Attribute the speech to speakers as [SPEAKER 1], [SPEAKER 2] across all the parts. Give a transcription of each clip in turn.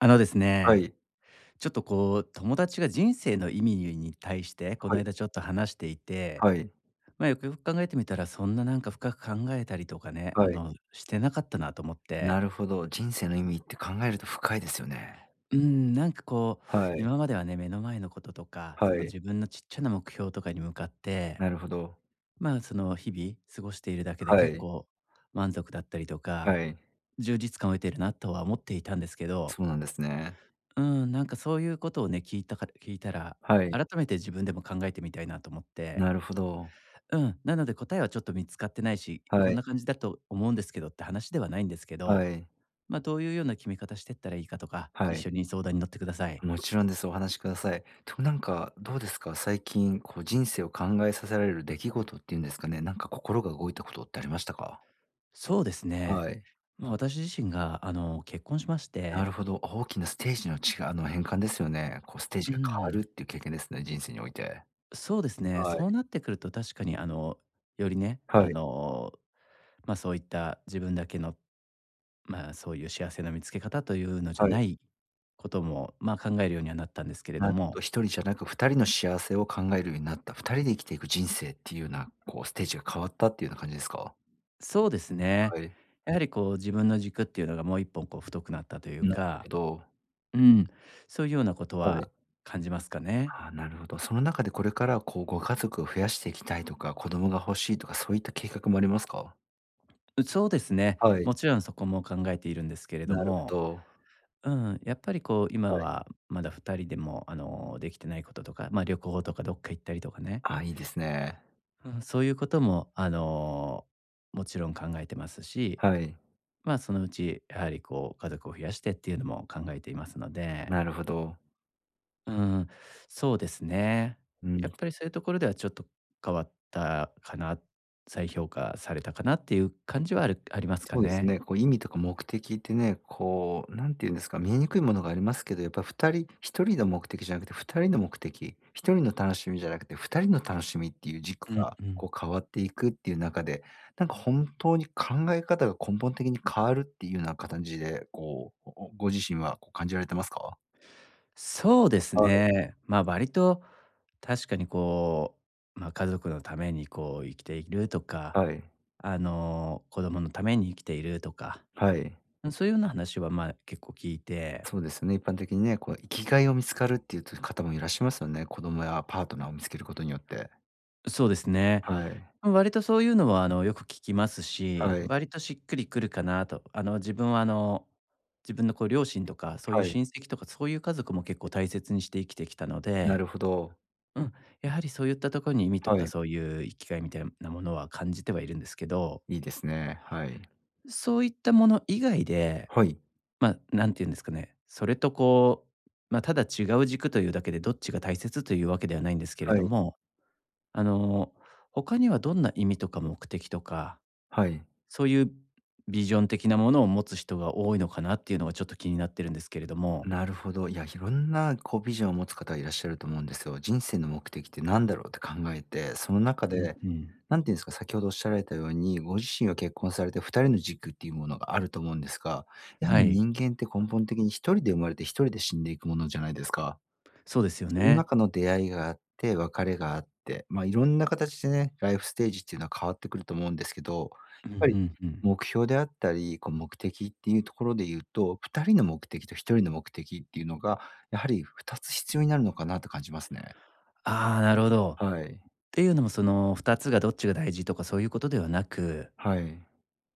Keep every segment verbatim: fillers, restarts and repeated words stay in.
[SPEAKER 1] あのです
[SPEAKER 2] は
[SPEAKER 1] ね、
[SPEAKER 2] い。
[SPEAKER 1] ちょっとこう友達が人生の意味に対してこ
[SPEAKER 2] は
[SPEAKER 1] の
[SPEAKER 2] い。
[SPEAKER 1] 間ちょっと話していて、
[SPEAKER 2] はい。
[SPEAKER 1] まあ、よくよく考えてみたらそんななんか深く考えたりとかね、あ
[SPEAKER 2] はい。
[SPEAKER 1] の、してなかったなと思っ
[SPEAKER 2] な
[SPEAKER 1] て、
[SPEAKER 2] るほど、人生の意味って考えると深いですよね。
[SPEAKER 1] うーん、なんかこう
[SPEAKER 2] はい。
[SPEAKER 1] 今まではね、目の前のこととか、
[SPEAKER 2] は
[SPEAKER 1] その
[SPEAKER 2] い。
[SPEAKER 1] 自分のちっちゃな目標とかに向かって、
[SPEAKER 2] なるほど。
[SPEAKER 1] まあ、その日々過ごしているだけで
[SPEAKER 2] は
[SPEAKER 1] 結
[SPEAKER 2] い。
[SPEAKER 1] 構満足だったりと
[SPEAKER 2] は
[SPEAKER 1] か、
[SPEAKER 2] い。
[SPEAKER 1] 充実感を得てるなとは思っていたんですけど、
[SPEAKER 2] そうなんですね。
[SPEAKER 1] うん、なんかそういうことをね、聞いたから聞いたら、
[SPEAKER 2] はい。
[SPEAKER 1] 改めて自分でも考えてみたいなと思って。
[SPEAKER 2] なるほど。
[SPEAKER 1] うん、なので答えはちょっと見つかってないし、
[SPEAKER 2] は
[SPEAKER 1] こん
[SPEAKER 2] い。
[SPEAKER 1] な感じだと思うんですけどって話ではないんですけ
[SPEAKER 2] は
[SPEAKER 1] ど、
[SPEAKER 2] い。
[SPEAKER 1] ま、どういうような決め方してったらいいかとか、
[SPEAKER 2] は
[SPEAKER 1] 一
[SPEAKER 2] い。
[SPEAKER 1] 緒に相談に乗ってください。
[SPEAKER 2] もちろんです。お話しください。と、なんかどうですか？最近こう人生を考えさせられる出来事っていうんですかね、なんか心が動いたことってありましたか？
[SPEAKER 1] そうですね。
[SPEAKER 2] はい。
[SPEAKER 1] ま、私自身が、あの、結婚しまし
[SPEAKER 2] なる
[SPEAKER 1] て、
[SPEAKER 2] ほど、あ大きなステージの違うあの、変換ですよね。こうステー
[SPEAKER 1] う
[SPEAKER 2] ジが変わるっ
[SPEAKER 1] ん、
[SPEAKER 2] ていう経験ですね、人生において。
[SPEAKER 1] そうですね、
[SPEAKER 2] はい。
[SPEAKER 1] そうなってくると確かに、あの、よりね、
[SPEAKER 2] は
[SPEAKER 1] あ
[SPEAKER 2] い。
[SPEAKER 1] の、ま、そういった自分だけのまあ、そういう幸せの見つけ方というのじゃ
[SPEAKER 2] は
[SPEAKER 1] な
[SPEAKER 2] い。
[SPEAKER 1] いことも、まあ、考えるようにはなったんですけれ
[SPEAKER 2] な
[SPEAKER 1] ど
[SPEAKER 2] るほ
[SPEAKER 1] も、
[SPEAKER 2] ど、一人じゃなくふたりの幸せを考えるようになった、ふたりで生きていく人生っていうような、こうステージが変わったっていうような感じですか？
[SPEAKER 1] そうですね。
[SPEAKER 2] はい。
[SPEAKER 1] やはりこう自分の軸っていうのがもういっぽんこう太くなったという
[SPEAKER 2] なる
[SPEAKER 1] か、
[SPEAKER 2] ほど。
[SPEAKER 1] うん、そういうようなこと
[SPEAKER 2] は
[SPEAKER 1] は
[SPEAKER 2] い。
[SPEAKER 1] 感じますかね。
[SPEAKER 2] ああ、なるほど。その中でこれからこうご家族を増やしていきたいとか、子供が欲しいとかそういった計画もありますか？
[SPEAKER 1] うそうですね。
[SPEAKER 2] はい。
[SPEAKER 1] もちろんそこも考えているんですけれど
[SPEAKER 2] なるほ
[SPEAKER 1] も、
[SPEAKER 2] ど。
[SPEAKER 1] うん、やっぱりこう今
[SPEAKER 2] はい。
[SPEAKER 1] はまだふたりでもあのできてないこととか、まあ、旅行とかどっか行ったりとかね、
[SPEAKER 2] ああ、いいですね。
[SPEAKER 1] うん、そういうこともあのもちろん考えてますし、
[SPEAKER 2] はい、
[SPEAKER 1] まあ、そのうち、やはりこう家族を増やしてっていうのも考えていますので、
[SPEAKER 2] なるほど。
[SPEAKER 1] うーん、そうですね。
[SPEAKER 2] うん。
[SPEAKER 1] やっぱりそういうところではちょっと変わったかな、再評価されたかなっていう感じはあるありますか
[SPEAKER 2] そうです
[SPEAKER 1] ね。
[SPEAKER 2] ね、こう意味とか目的ってね、こう、なんて言うんですか、見えにくいものがありますけど、やっぱふたり、ひとりの目的じゃなくてふたりの目的、ひとりの楽しみじゃなくてふたりの楽しみっていう軸
[SPEAKER 1] うん
[SPEAKER 2] が
[SPEAKER 1] うん。
[SPEAKER 2] こう変わっていくっていう中で、なんか本当に考え方が根本的に変わるっていうような形で、こう、おご自身はこう感じられてますか？
[SPEAKER 1] そうです
[SPEAKER 2] はい。
[SPEAKER 1] ね。まあ、割と確かにこう、まあ、家族のためにこう生きているとか、
[SPEAKER 2] はい。
[SPEAKER 1] あの、子供のために生きているとか、
[SPEAKER 2] はい。
[SPEAKER 1] そういうような話は、まあ、結構聞いて、
[SPEAKER 2] そうですね、一般的にね、こう生きがいを見つかるっていう方もいらっしゃいますよね。子供やパートナーを見つけることによって。
[SPEAKER 1] そうですね。
[SPEAKER 2] はい。
[SPEAKER 1] 割とそういうのは、あの、よく聞きますし、
[SPEAKER 2] はい。
[SPEAKER 1] 割としっくりくるかなと。あの、自分は、あの、自分のこう両親とか、そういう
[SPEAKER 2] はい。
[SPEAKER 1] 親戚とか、そういう家族も結構大切にして生きてきたの
[SPEAKER 2] な
[SPEAKER 1] で、
[SPEAKER 2] るほど。
[SPEAKER 1] うん、やはりそういったところに意味と
[SPEAKER 2] は
[SPEAKER 1] か、
[SPEAKER 2] い。
[SPEAKER 1] そういう生きがいみたいなものは感じてはいるんですけど、
[SPEAKER 2] いいですね。はい。
[SPEAKER 1] そういったもの以外で、
[SPEAKER 2] はい。
[SPEAKER 1] まあ、なんて言うんですかね、それとこう、まあ、ただ違う軸というだけで、どっちが大切というわけではないんですけれ
[SPEAKER 2] は
[SPEAKER 1] ど
[SPEAKER 2] い。
[SPEAKER 1] も、あの、他にはどんな意味とか目的とか、
[SPEAKER 2] はい。
[SPEAKER 1] そういうビジョン的なものを持つ人が多いのかなっていうのがちょっと気になってるんですけれども。
[SPEAKER 2] なるほど。いや、いろんなこうビジョンを持つ方いらっしゃると思うんですよ。人生の目的って何だろうって考えて、その中
[SPEAKER 1] う
[SPEAKER 2] でな
[SPEAKER 1] ん
[SPEAKER 2] ん。で、
[SPEAKER 1] うん。
[SPEAKER 2] 何ていうんですか、先ほどおっしゃられたように、ご自身は結婚されてふたりの軸っていうものがあると思うんですが、やは
[SPEAKER 1] は
[SPEAKER 2] り
[SPEAKER 1] い、
[SPEAKER 2] 人間って根本的に一人で生まれて一人で死んでいくものじゃないですか。
[SPEAKER 1] そうですよ
[SPEAKER 2] その
[SPEAKER 1] ね。
[SPEAKER 2] 中の出会いがあって、別れがあって、まあ、いろんな形でね、ライフステージっていうのは変わってくると思うんですけど、やっ
[SPEAKER 1] うんう
[SPEAKER 2] ぱり
[SPEAKER 1] んうん。
[SPEAKER 2] 目標であったり、こう目的っていうところで言うと、ふたりの目的とひとりの目的っていうのが、やはりふたつ必要になるのかなと感じますね。
[SPEAKER 1] ああ、なるほど。っ
[SPEAKER 2] はい。
[SPEAKER 1] ていうのもそのふたつがどっちが大事とかそういうことではなく、
[SPEAKER 2] はい。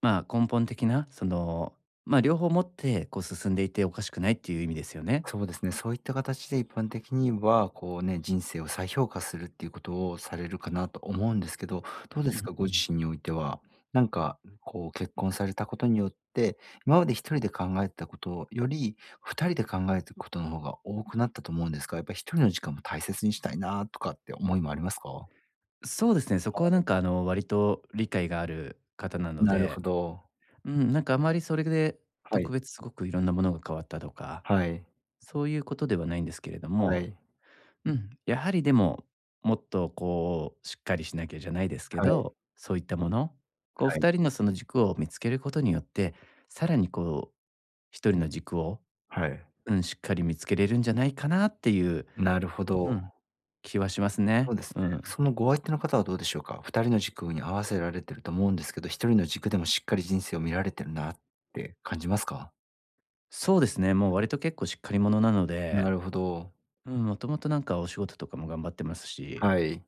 [SPEAKER 1] まあ、根本的なその、まあ、両方持ってこう進んでいておかしくないっていう意味ですよね。
[SPEAKER 2] そうですね。そういった形で一般的には、こうね、人生を再評価するっていうことをされるかなと思うんですけど、どうで
[SPEAKER 1] う
[SPEAKER 2] す
[SPEAKER 1] ん
[SPEAKER 2] か？ご
[SPEAKER 1] う
[SPEAKER 2] 自
[SPEAKER 1] ん。
[SPEAKER 2] 身においては。なんか、こう結婚されたことによって、今まで一人で考えてたことより、ふたりで考えてくことの方が多くなったと思うんですが、やっぱり一人の時間も大切にしたいなとかって思いもありますか？
[SPEAKER 1] そうですね、そこはなんかあの割と理解がある方なの
[SPEAKER 2] なる
[SPEAKER 1] で、
[SPEAKER 2] ほど。
[SPEAKER 1] うん、なんかあまりそれで
[SPEAKER 2] はい、
[SPEAKER 1] 特別すごくいろんなものが変わったとか
[SPEAKER 2] はい、
[SPEAKER 1] そういうことではないんですけれど
[SPEAKER 2] は
[SPEAKER 1] も、
[SPEAKER 2] い、
[SPEAKER 1] うん、やはりでも、もっとこう、しっかりしなきゃじゃないですけ
[SPEAKER 2] はい、
[SPEAKER 1] ど、そういったもの、こう
[SPEAKER 2] はい、
[SPEAKER 1] ふたりのその軸を見つけることによって、さらにこう、一人の軸を、
[SPEAKER 2] はい。
[SPEAKER 1] うん、しっかり見つけれるんじゃないかなっていう、
[SPEAKER 2] なるほ
[SPEAKER 1] う
[SPEAKER 2] ど。
[SPEAKER 1] ん、気はします
[SPEAKER 2] そ
[SPEAKER 1] ね。
[SPEAKER 2] うです
[SPEAKER 1] う
[SPEAKER 2] ね。
[SPEAKER 1] ん。
[SPEAKER 2] そのご相手の方はどうでしょうか？ふたりの軸に合わせられてると思うんですけど、ひとりの軸でもしっかり人生を見られてるなって感じますか？
[SPEAKER 1] そうですね、もう割と結構しっかり者なの
[SPEAKER 2] な
[SPEAKER 1] で、
[SPEAKER 2] るほど。
[SPEAKER 1] うん、もともとなんかお仕事とかも頑張ってますし、
[SPEAKER 2] はい。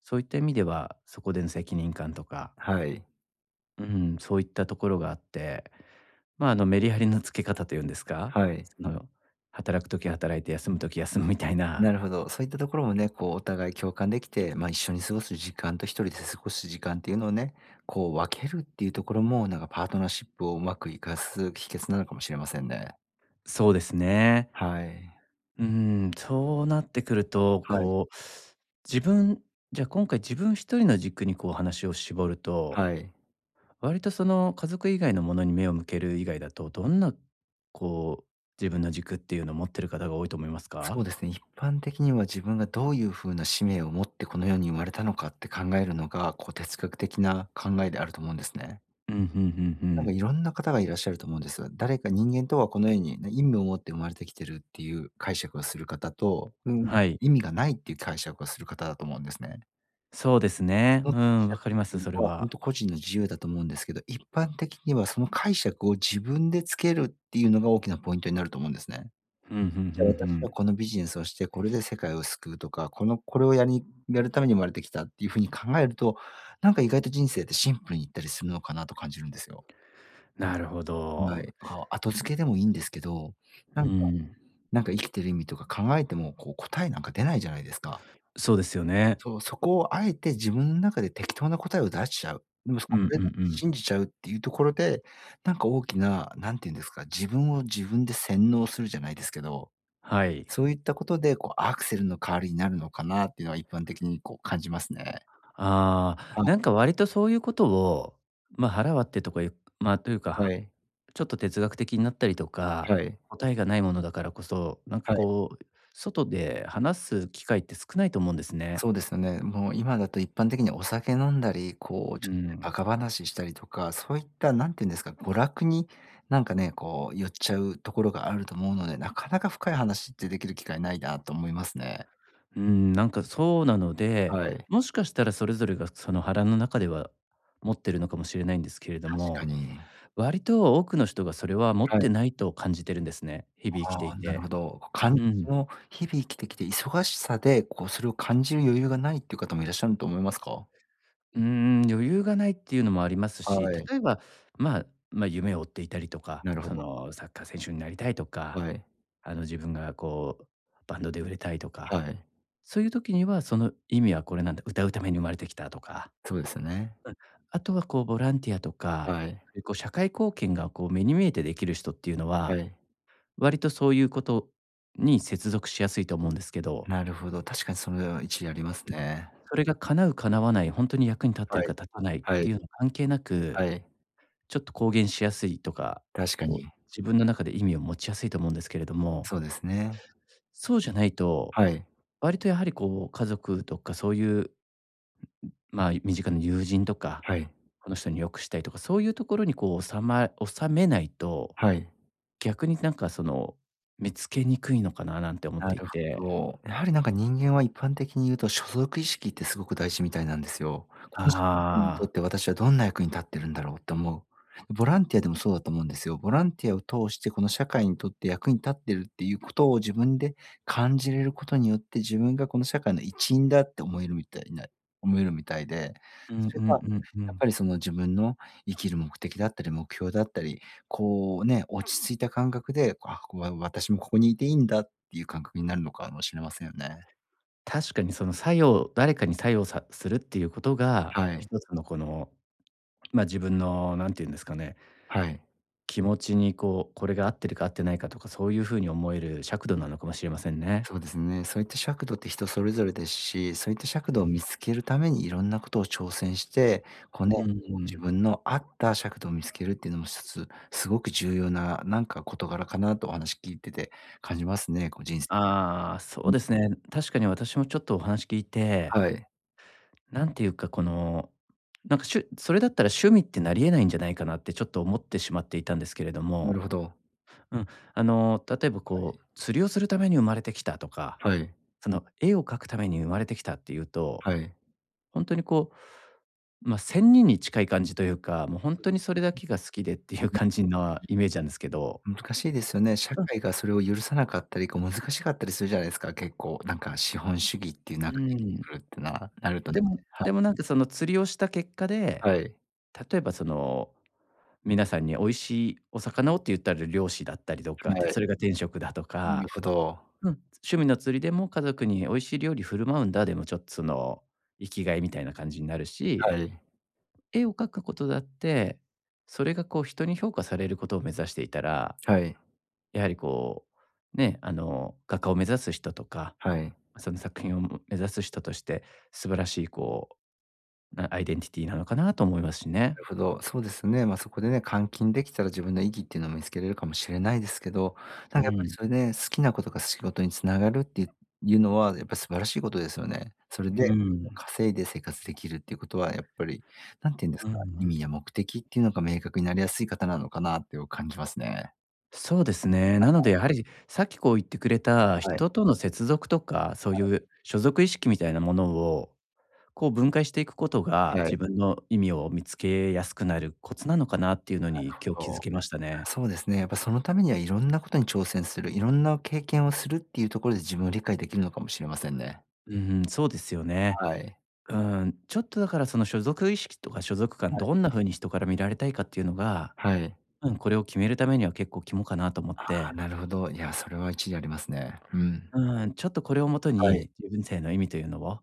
[SPEAKER 1] そういった意味では、そこでの責任感とか、
[SPEAKER 2] はい。
[SPEAKER 1] うん、そういったところがあってまあ、あの、メリハリのつけ方というんですか、
[SPEAKER 2] はい。
[SPEAKER 1] その、働く時働いて、休む時休むみたいな。
[SPEAKER 2] なるほど。そういったところもね、こうお互い共感できて、まあ、一緒に過ごす時間とひとりで過ごす時間っていうのをね、こう分けるっていうところも、なんかパートナーシップをうまく生かす秘訣なのかもしれませんね。
[SPEAKER 1] そうですね。
[SPEAKER 2] はい。
[SPEAKER 1] うーん、そうなってくると、
[SPEAKER 2] はい。
[SPEAKER 1] こう、自分じゃあ今回じぶんひとりの軸にこう話を絞ると、
[SPEAKER 2] はい。
[SPEAKER 1] 割とその家族以外のものに目を向ける以外だと、どんな、こう、自分の軸っていうのを持ってる方が多いと思います
[SPEAKER 2] そ
[SPEAKER 1] か？
[SPEAKER 2] うですね、一般的には自分がどういうふうな使命を持ってこの世に生まれたのかって考えるのが、こう哲学的な考えであると思うんですね。
[SPEAKER 1] うん、うんうんう
[SPEAKER 2] なんか
[SPEAKER 1] ん。
[SPEAKER 2] いろんな方がいらっしゃると思うんです。誰か人間とはこの世にね、意味を持って生まれてきてるっていう解釈をする方と、うん、
[SPEAKER 1] はい、
[SPEAKER 2] 意味がないっていう解釈をする方だと思うんですね。
[SPEAKER 1] そうですね。
[SPEAKER 2] その
[SPEAKER 1] う
[SPEAKER 2] 解
[SPEAKER 1] ん、わ
[SPEAKER 2] 釈っ
[SPEAKER 1] かりま
[SPEAKER 2] て
[SPEAKER 1] す、
[SPEAKER 2] いう
[SPEAKER 1] それ
[SPEAKER 2] のは本
[SPEAKER 1] は。
[SPEAKER 2] 当個人の自由だと思うんですけど、一般的にはその解釈を自分でつけるっていうのが大きなポイントになると思うんですね。
[SPEAKER 1] うんうんうんう
[SPEAKER 2] じゃあ私は
[SPEAKER 1] ん。
[SPEAKER 2] このビジネスをして、これで世界を救うとか、このこれをやりやるために生まれてきたっていう風に考えると、なんか意外と人生ってシンプルにいったりするのかなと感じるんですよ。
[SPEAKER 1] なるほ
[SPEAKER 2] は
[SPEAKER 1] ど。
[SPEAKER 2] い。あ、後付けでもいいんですけど、な
[SPEAKER 1] う
[SPEAKER 2] んか
[SPEAKER 1] ん、
[SPEAKER 2] なんか生きてる意味とか考えても、こう答えなんか出ないじゃないですか。
[SPEAKER 1] そうですよね。
[SPEAKER 2] そう、そこをあえて自分の中で適当な答えを出しちゃう。でも
[SPEAKER 1] うん
[SPEAKER 2] こ
[SPEAKER 1] うんう
[SPEAKER 2] れだって
[SPEAKER 1] ん。
[SPEAKER 2] 信じちゃうっていうところで、なんか大きな、なんていうんですか、自分を自分で洗脳するじゃないですけど
[SPEAKER 1] はい。
[SPEAKER 2] そういったことで、こう、アクセルの代わりになるのかなっていうのは一般的にこう感じますね。
[SPEAKER 1] ああ、
[SPEAKER 2] あ、
[SPEAKER 1] なんか割とそういうことを、ま、腹割ってとかいうまあ、というか、
[SPEAKER 2] はい、
[SPEAKER 1] ちょっと哲学的になったりとか、
[SPEAKER 2] はい、
[SPEAKER 1] 答えがないものだからこそ、なんか
[SPEAKER 2] はい。
[SPEAKER 1] こう、外で話す機会って少ないと思うんですね。
[SPEAKER 2] そうですよね。もう今だと一般的にお酒飲んだり、こうち
[SPEAKER 1] う
[SPEAKER 2] ょっとね、バ
[SPEAKER 1] ん。
[SPEAKER 2] カ話したりとか、そういった何て言うんですか、娯楽になんかね、こう寄っちゃうところがあると思うので、なかなか深い話ってできる機会ないなと思いますね。
[SPEAKER 1] うん、なんかそうなので、
[SPEAKER 2] はい。
[SPEAKER 1] もしかしたらそれぞれがその腹の中では持ってるのかもしれないんですけれど
[SPEAKER 2] 確か
[SPEAKER 1] も、
[SPEAKER 2] に。
[SPEAKER 1] 割と多くの人がそれは持っ
[SPEAKER 2] はい。
[SPEAKER 1] てないと感じてるんですね、日々生き
[SPEAKER 2] あ
[SPEAKER 1] てい
[SPEAKER 2] あ、なる
[SPEAKER 1] て。
[SPEAKER 2] ほど。かん
[SPEAKER 1] うん。
[SPEAKER 2] その日々生きてきて忙しさで、こうそれを感じる余裕がないっていう方もいらっしゃると思いますか？
[SPEAKER 1] うーん、余裕がないっていうのもあります
[SPEAKER 2] は
[SPEAKER 1] し、
[SPEAKER 2] い。
[SPEAKER 1] 例えば、まあ、まあ、夢を追っていたりとか、
[SPEAKER 2] なるほ
[SPEAKER 1] そ
[SPEAKER 2] ど。
[SPEAKER 1] の、サッカー選手になりたいとか、
[SPEAKER 2] はい。
[SPEAKER 1] あの、自分がこう、バンドで売れたいとか、
[SPEAKER 2] はい。
[SPEAKER 1] そういう時にはその意味はこれなんだ、歌うために生まれてきたとか、
[SPEAKER 2] そうですね。
[SPEAKER 1] あとはこうボランティアとか、
[SPEAKER 2] はい。
[SPEAKER 1] そういうこう社会貢献がこう目に見えてできる人っていうの
[SPEAKER 2] は
[SPEAKER 1] は、
[SPEAKER 2] い。
[SPEAKER 1] 割とそういうことに接続しやすいと思うんですけど、
[SPEAKER 2] なるほど、確かにその一理ありますね。
[SPEAKER 1] それが叶う叶わない、本当に役に立って
[SPEAKER 2] は
[SPEAKER 1] る
[SPEAKER 2] い。
[SPEAKER 1] か立たないっ
[SPEAKER 2] は
[SPEAKER 1] て
[SPEAKER 2] い。
[SPEAKER 1] いうの関係なく
[SPEAKER 2] はい。
[SPEAKER 1] ちょっと公言しやすいとか、
[SPEAKER 2] 確か
[SPEAKER 1] こう
[SPEAKER 2] に。
[SPEAKER 1] 自分の中で意味を持ちやすいと思うんですけれども、
[SPEAKER 2] そうですね。
[SPEAKER 1] そうじゃないと、
[SPEAKER 2] はい。
[SPEAKER 1] 割とやはりこう家族とかそういう、まあ、身近な友人とか、
[SPEAKER 2] はい。
[SPEAKER 1] この人に良くしたいとか、そういうところにこう収ま収めないと、
[SPEAKER 2] はい。
[SPEAKER 1] 逆になんかその、見つけにくいのかななんて思っ
[SPEAKER 2] な
[SPEAKER 1] てい
[SPEAKER 2] るほ
[SPEAKER 1] て。
[SPEAKER 2] ど。やはりなんか人間は一般的に言うと、所属意識ってすごく大事みたいなんですよ。こ
[SPEAKER 1] あ
[SPEAKER 2] の社会にとっ
[SPEAKER 1] あ。
[SPEAKER 2] て私はどんな役に立ってるんだろうって思う。ボランティアでもそうだと思うんですよ。ボランティアを通してこの社会にとって役に立ってるっていうことを自分で感じれることによって、自分がこの社会の一員だって思えるみたいな思えるみたいで、
[SPEAKER 1] うんう
[SPEAKER 2] それが
[SPEAKER 1] んうんう
[SPEAKER 2] やっ
[SPEAKER 1] ん。
[SPEAKER 2] ぱりその自分の生きる目的だったり、目標だったり、こうね、落ち着いた感覚で、あ、こわ私もここにいていいんだっていう感覚になるのかもしれませんよね。
[SPEAKER 1] 確かにその作用誰かに作用さするっていうことが、
[SPEAKER 2] はい。
[SPEAKER 1] ひとつのこの、まあ、自分のなんていうんですかね、
[SPEAKER 2] はい。
[SPEAKER 1] 気持ちにこう、これが合ってるか合ってないかとか、そういう風に思える尺度なのかもしれませんね。
[SPEAKER 2] そうですね。そういった尺度って人それぞれですし、そういった尺
[SPEAKER 1] う
[SPEAKER 2] 度を
[SPEAKER 1] ん。
[SPEAKER 2] 見つけるためにいろんなことを挑戦して、こうね、
[SPEAKER 1] う
[SPEAKER 2] こう自
[SPEAKER 1] ん。
[SPEAKER 2] 分の合った尺度を見つけるっていうのも一つすごく重要な、なんか事柄かなとお話聞いてて感じますね、こう人生。
[SPEAKER 1] ああ、そ
[SPEAKER 2] う
[SPEAKER 1] う
[SPEAKER 2] ん。
[SPEAKER 1] ですね。確かに私もちょっとお話聞いて、
[SPEAKER 2] はい。
[SPEAKER 1] なんていうかこの、なんかしゅそれだったら趣味ってなり得ないんじゃないかなってちょっと思ってしまっていたんですけれど
[SPEAKER 2] な
[SPEAKER 1] も、
[SPEAKER 2] るほど。
[SPEAKER 1] うん、あの、例えばこう釣りをするために生まれてきたとか、
[SPEAKER 2] はい。
[SPEAKER 1] その絵を描くために生まれてきたっていうと
[SPEAKER 2] はい。
[SPEAKER 1] 本当にこう、まあ、仙人に近い感じというか、もう本
[SPEAKER 2] そう
[SPEAKER 1] 当
[SPEAKER 2] で
[SPEAKER 1] に
[SPEAKER 2] す。
[SPEAKER 1] それだけが好きでっていう感じなイメージなんですけど。
[SPEAKER 2] 難しいですよね。社
[SPEAKER 1] うん。
[SPEAKER 2] 会がそれを許さなかったり、こう難しかったりするじゃないですか、結構。なんか資本主義っていう
[SPEAKER 1] う
[SPEAKER 2] 中で生きて
[SPEAKER 1] ん。
[SPEAKER 2] くるってななるとね。
[SPEAKER 1] でも
[SPEAKER 2] は
[SPEAKER 1] でもなんかその釣りをした結果で、
[SPEAKER 2] はい。
[SPEAKER 1] 例えばその、皆さんに美味しいお魚をって言ったら漁師だったりとか、
[SPEAKER 2] は
[SPEAKER 1] て
[SPEAKER 2] い。
[SPEAKER 1] それが転職だと
[SPEAKER 2] なる
[SPEAKER 1] か、
[SPEAKER 2] ほど。
[SPEAKER 1] うん。趣味の釣りでも家族に美味しい料理振る舞うんだでもちょっとその、生きがいみたいな感じになるし、
[SPEAKER 2] はい。
[SPEAKER 1] 絵を描くことだって、それがこう人に評価されることを目指していたら
[SPEAKER 2] はい。
[SPEAKER 1] やはりこう、ね、あの、画家を目指す人とか、
[SPEAKER 2] はい。
[SPEAKER 1] その作品を目指す人として素晴らしいこう、なアイデンティティなのかなと思いますし
[SPEAKER 2] な
[SPEAKER 1] ね。
[SPEAKER 2] るほど、そうですね。まあ、そこでね、換金できたら自分の意義っていうのも見つけれるかもしれないですけど、な
[SPEAKER 1] う
[SPEAKER 2] んかやっぱり
[SPEAKER 1] ん。
[SPEAKER 2] それで、好きなことが仕事に繋がるっていういうのは、やっぱり素晴らしいことですよね。それ
[SPEAKER 1] う
[SPEAKER 2] で、
[SPEAKER 1] ん。
[SPEAKER 2] 稼いで生活できるっていうことはやっぱり、なんて言うんです
[SPEAKER 1] う
[SPEAKER 2] か、意味や
[SPEAKER 1] ん。
[SPEAKER 2] 目的っていうのが明確になりやすい方なのかなっていう感じますね。
[SPEAKER 1] そうですね。なのでやはりさっきこう言ってくれた
[SPEAKER 2] はい。
[SPEAKER 1] 人との接続とか、そういう所属意識みたいなものを、こう分解していくことが、
[SPEAKER 2] は
[SPEAKER 1] 自
[SPEAKER 2] い。
[SPEAKER 1] 分の意味を見つけやすくなるコツなのかなっていうのに今日気づ
[SPEAKER 2] そ
[SPEAKER 1] けました
[SPEAKER 2] う。
[SPEAKER 1] ね。
[SPEAKER 2] そうですね、やっぱそのためにはいろんなことに挑戦する、いろんな経験をするっていうところで自分を理解できるのかもしれませんね。
[SPEAKER 1] うん、そうですよね。
[SPEAKER 2] はい。
[SPEAKER 1] うん、ちょっとだからその所属意識とか所属感、
[SPEAKER 2] はい。
[SPEAKER 1] どんな風に人から見られたいかっていうのが、
[SPEAKER 2] はい。
[SPEAKER 1] うん、これを決めるためには結構肝かなと思っ
[SPEAKER 2] あ、
[SPEAKER 1] て、
[SPEAKER 2] なるほど。いや、それは一理ありますね。うん。
[SPEAKER 1] うん、ちょっとこれをもと
[SPEAKER 2] はい。
[SPEAKER 1] に人生の意味というのを、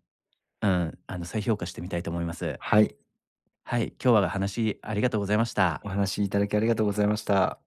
[SPEAKER 1] うん、あの再評価してみたいと思います。
[SPEAKER 2] はい。
[SPEAKER 1] はい、今日は話ありがとうございました。
[SPEAKER 2] お話しいただきありがとうございました。